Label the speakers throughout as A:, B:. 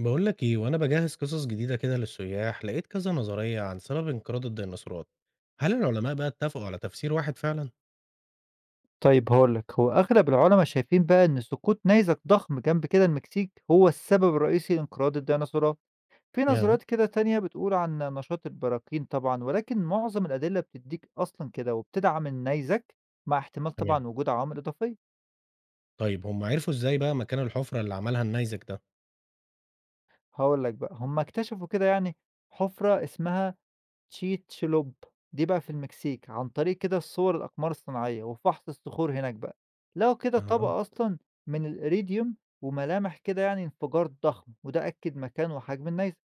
A: بقول لك ايه وانا بجهز قصص جديدة كده للسياح، لقيت كذا نظرية عن سبب انقراض الديناصورات. هل العلماء بقى اتفقوا على تفسير واحد فعلا؟
B: طيب هاقول لك، هو أغلب العُلَما شايفين بقى إن سقوط نيزك ضخم جنب كده المكسيك هو السبب الرئيسي لانقراض الديناصورات، في
A: يا
B: نظريات كده تانية بتقول عن نشاط البراكين طبعًا، ولكن معظم الأدلة بتدّيك أصلًا كده وبتدعم النيزك مع احتمال
A: تمام.
B: طبعًا وجود عوامل إضافية.
A: طيب هم عرفوا ازاي بقى مكان الحفرة اللي عملها النيزك ده؟
B: هاقول لك بقى، هم اكتشفوا كده يعني حُفرة اسمها تشيتشلوب، دي بقى في المكسيك، عن طريق كده الصور الأقمار الصناعية وفحص الصخور هناك بقى، لقوا كده
A: اه
B: طبقة أصلًا من الإيريديوم وملامح كده يعني انفجار ضخم، وده أكد مكان وحجم النيزك.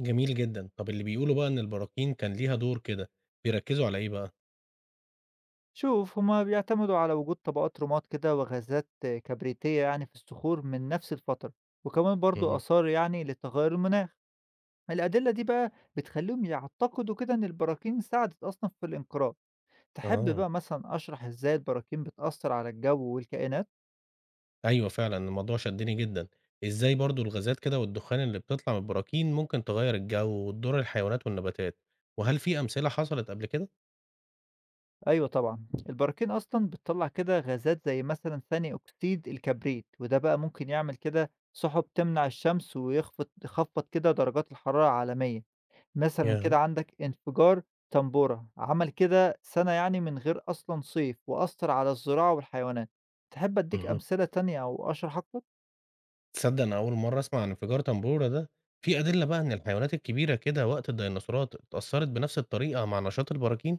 A: جميل جدا. طب اللي بيقولوا بقى ان البراكين كان ليها دور كده، بيركزوا على ايه بقى؟
B: شوف هُم بيعتمدوا على وجود طبقات رماد كده وغازات كبريتية يعني في الصخور من نفس الفترة، وكمان برضه
A: مهم.
B: آثار يعني لتغير المناخ. الأدلة دي بقى بتخلّيهم يعتقدوا كده إن البراكين ساعدت أصلًا في الانقراض. تحب
A: اه
B: بقى مثلًا أشرح إزاي البراكين بتأثر على الجو والكائنات؟
A: ايوه فعلا الموضوع شدني جدا. ازاي برضو الغازات كده والدخان اللي بتطلع من البراكين ممكن تغير الجو وتضر الحيوانات والنباتات، وهل في امثلة حصلت قبل كده؟
B: أيوه طبعًا، البراكين أصلًا بتطلّع كده غازات زي مثلًا ثاني أكسيد الكبريت، وده بقى ممكن يعمل كده سحب تمنع الشمس يخفّض كده درجات الحرارة العالمية، مثلًا
A: يا
B: كده عندك انفجار طنبورة عمل كده سنة يعني من غير أصلًا صيف وأثّر على الزراعة والحيوانات، تحب أدّيك
A: مهم.
B: أمثلة تانية أو أشرح أكتر؟
A: تصدق أنا أول مرّة أسمع عن انفجار طنبورة ده، في أدلة بقى إن الحيوانات الكبيرة كده وقت الديناصورات اتأثّرت بنفس الطريقة مع نشاط البراكين؟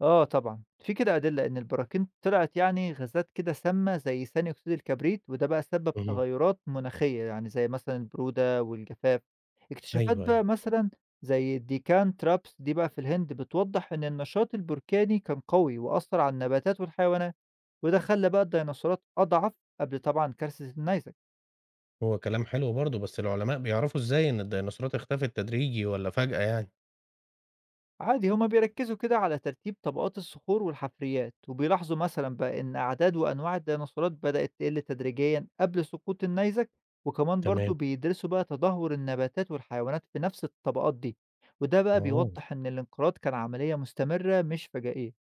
B: آه طبعًا، في كده أدلة إن البراكين طلعت يعني غازات كده سامة زي ثاني أكسيد الكبريت، وده بقى سبب
A: اهم.
B: تغيرات مناخية، يعني زي مثلًا البرودة والجفاف. اكتشافات
A: أيوه، أيوه،
B: بقى مثلًا زي الديكان ترابس دي بقى في الهند بتوضح إن النشاط البركاني كان قوي وأثّر على النباتات والحيوانات، وده خلّى بقى الديناصورات أضعف قبل طبعًا كارثة النيزك.
A: هو كلام حلو برضه، بس العلماء بيعرفوا إزاي إن الديناصورات اختفت تدريجي والّا فجأة يعني؟
B: عادي هما بيركزوا كده على ترتيب طبقات الصخور والحفريات وبيلاحظوا مثلا بقى إن أعداد وأنواع الديناصورات بدأت تقل تدريجيا قبل سقوط النيزك، وكمان برضو
A: تمام.
B: بيدرسوا بقى تدهور النباتات والحيوانات في نفس الطبقات دي، وده بقى
A: آه،
B: بيوضح إن الانقراض كان عملية مستمرة مش فجائية.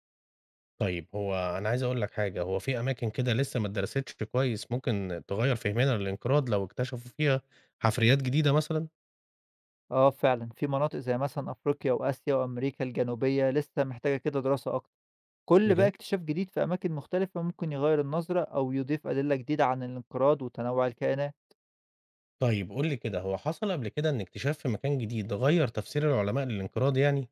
A: طيب هو أنا عايز أقول لك حاجة، هو في أماكن كده لسه ما اتدرستش كويس ممكن تغيّر فهمنا للانقراض لو اكتشفوا فيها حفريات جديدة مثلًا؟
B: اه فعلا، في مناطق زي مثلا أفريقيا وآسيا وأمريكا الجنوبية لسه محتاجة كده دراسة أكتر. كل بقى
A: بجد؟
B: اكتشاف جديد في أماكن مختلفة ممكن يغير النظرة أو يضيف أدلة جديدة عن الانقراض وتنوع الكائنات.
A: طيب قُل لي كده، هو حصل قبل كده إن اكتشاف في مكان جديد غيّر تفسير العلماء للانقراض يعني؟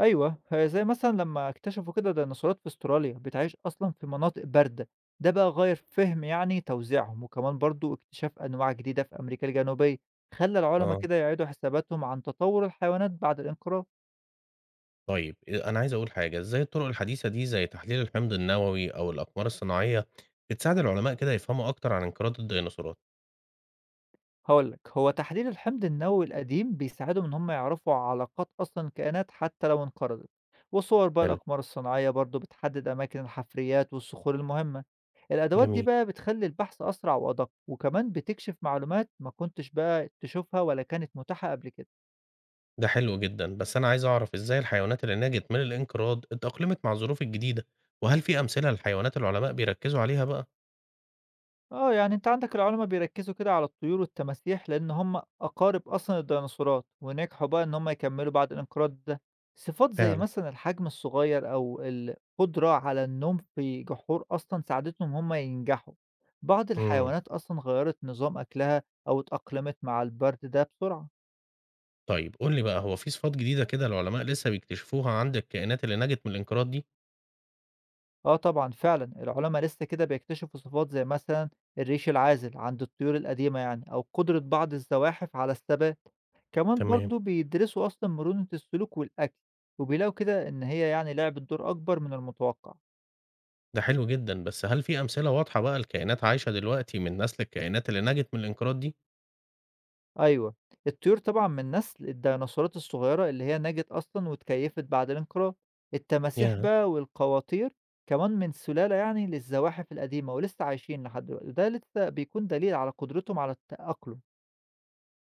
B: أيوه، زي مثلًا لمّا اكتشفوا كده ديناصورات في أستراليا بتعيش أصلًا في مناطق باردة، ده بقى غيّر فِهم يعني توزيعهم، وكمان برضه اكتشاف أنواع جديدة في أمريكا الجنوبية، خلّى العُلما
A: آه.
B: كده يعيدوا حساباتهم عن تطوّر الحيوانات بعد الانقراض.
A: طيب أنا عايز أقول حاجة، إزاي الطُرق الحديثة دي زي تحليل الحمض النووي أو الأقمار الصناعية بتساعد العلماء كده يفهموا أكتر عن انقراض الديناصورات؟
B: هاقول لك، هو تحليل الحمض النووي القديم بيساعدهم إن هم يعرفوا علاقات أصلًا الكائنات حتى لو انقرضت، وصور بقى
A: حلو،
B: الأقمار الصناعية برضه بتحدد أماكن الحفريات والصخور المهمة، الأدوات دي
A: جميل،
B: بقى بتخلّي البحث أسرع وأدق، وكمان بتكشف معلومات ما كنتش بقى تشوفها ولا كانت متاحة قبل كده.
A: ده حلو جدًا، بس أنا عايز أعرف إزاي الحيوانات اللي نجت من الانقراض اتأقلمت مع الظروف الجديدة، وهل في أمثلة لحيوانات العلماء بيركّزوا عليها بقى؟
B: آه، يعني أنت عندك العُلماء بيركّزوا كده على الطيور والتماسيح لإن هم أقارب أصلًا الديناصورات، ونجحوا بقى إن هم يكمّلوا بعد الانقراض ده. صفات زي
A: فعلًا،
B: مثلًا الحجم الصغير أو القدرة على النوم في جحور أصلًا ساعدتهم هم ينجحوا. بعض
A: إمم،
B: الحيوانات أصلًا غيّرت نظام أكلها أو اتأقلمت مع البرد ده بسرعة.
A: طيب قُل لي بقى، هو في صفات جديدة كده العلماء لسه بيكتشفوها عند الكائنات اللي نجت من الانقراض دي؟
B: آه طبعًا فعلًا، العلماء لسه كده بيكتشفوا صفات زي مثلًا الريش العازل عند الطيور القديمة يعني أو قدرة بعض الزواحف على الثبات، كمان
A: تمام،
B: برضه بيدرسوا أصلًا مرونة السلوك والأكل، وبيلاقوا كده إن هي يعني لعبت دور أكبر من المتوقع.
A: ده حلو جدًا، بس هل في أمثلة واضحة بقى لكائنات عايشة دلوقتي من نسل الكائنات اللي نجت من الانقراض دي؟
B: أيوه، الطيور طبعًا من نسل الديناصورات الصغيرة اللي هي نجت أصلًا واتكيفت بعد الانقراض، التماسيح
A: ياه!
B: بقى والقواطير كمان من سلالة يعني للزواحف القديمة ولسه عايشين لحد دلوقتي، وده لسه بيكون دليل على قدرتهم على التأقلم.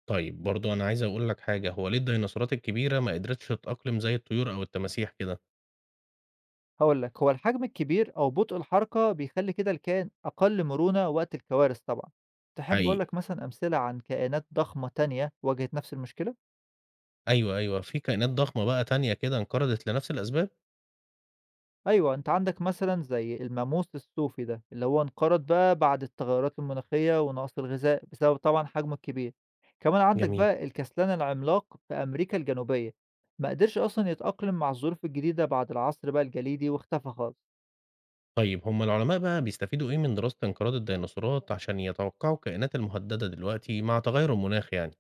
A: طيب برضو أنا عايز أقول لك حاجة، هو ليه الديناصورات الكبيرة ما قدرتش تتأقلم زي الطيور أو التماسيح كده؟
B: هاقول لك، هو الحجم الكبير أو بطء الحركة بيخلّي كده الكائن أقل مرونة وقت الكوارث طبعًا. تحب أقول
A: حقيقي،
B: لك مثلًا أمثلة عن كائنات ضخمة تانية واجهت نفس المشكلة؟
A: أيوه، أيوه، في كائنات ضخمة بقى تانية كده انقرضت لنفس الأسباب؟
B: أيوه، أنت عندك مثلًا زي الماموس الصوفي ده، اللي هو انقرض بقى بعد التغيرات المناخية ونقص الغذاء بسبب طبعًا حجمه الكبير. كمان عندك
A: جميل،
B: بقى الكسلان العملاق في أمريكا الجنوبية، ما قدرش أصلًا يتأقلم مع الظروف الجديدة بعد العصر بقى الجليدي واختفى خالص.
A: طيب هم العلماء بقى بيستفيدوا إيه من دراسة انقراض الديناصورات عشان يتوقعوا الكائنات المهددة دلوقتي مع تغير المناخ يعني؟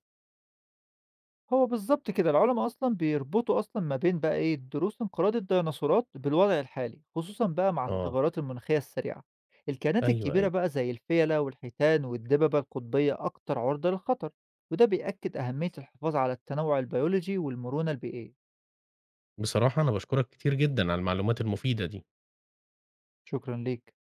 B: هو بالضبط كده، العُلماء بيربطوا أصلًا ما بين بقى إيه، دروس انقراض الديناصورات بالوضع الحالي، خصوصًا بقى مع
A: آه،
B: التغيرات المناخية السريعة. الكائنات
A: أيوه،
B: الكبيرة
A: أيوه،
B: بقى زي الفيلة والحيتان والدببة القطبية أكتر عُرضة للخطر، وده بيأكد أهمية الحفاظ على التنوع البيولوجي والمرونة البيئية.
A: بصراحة أنا باشكرك كتير جدًا على المعلومات المفيدة دي.
B: شكرًا ليك.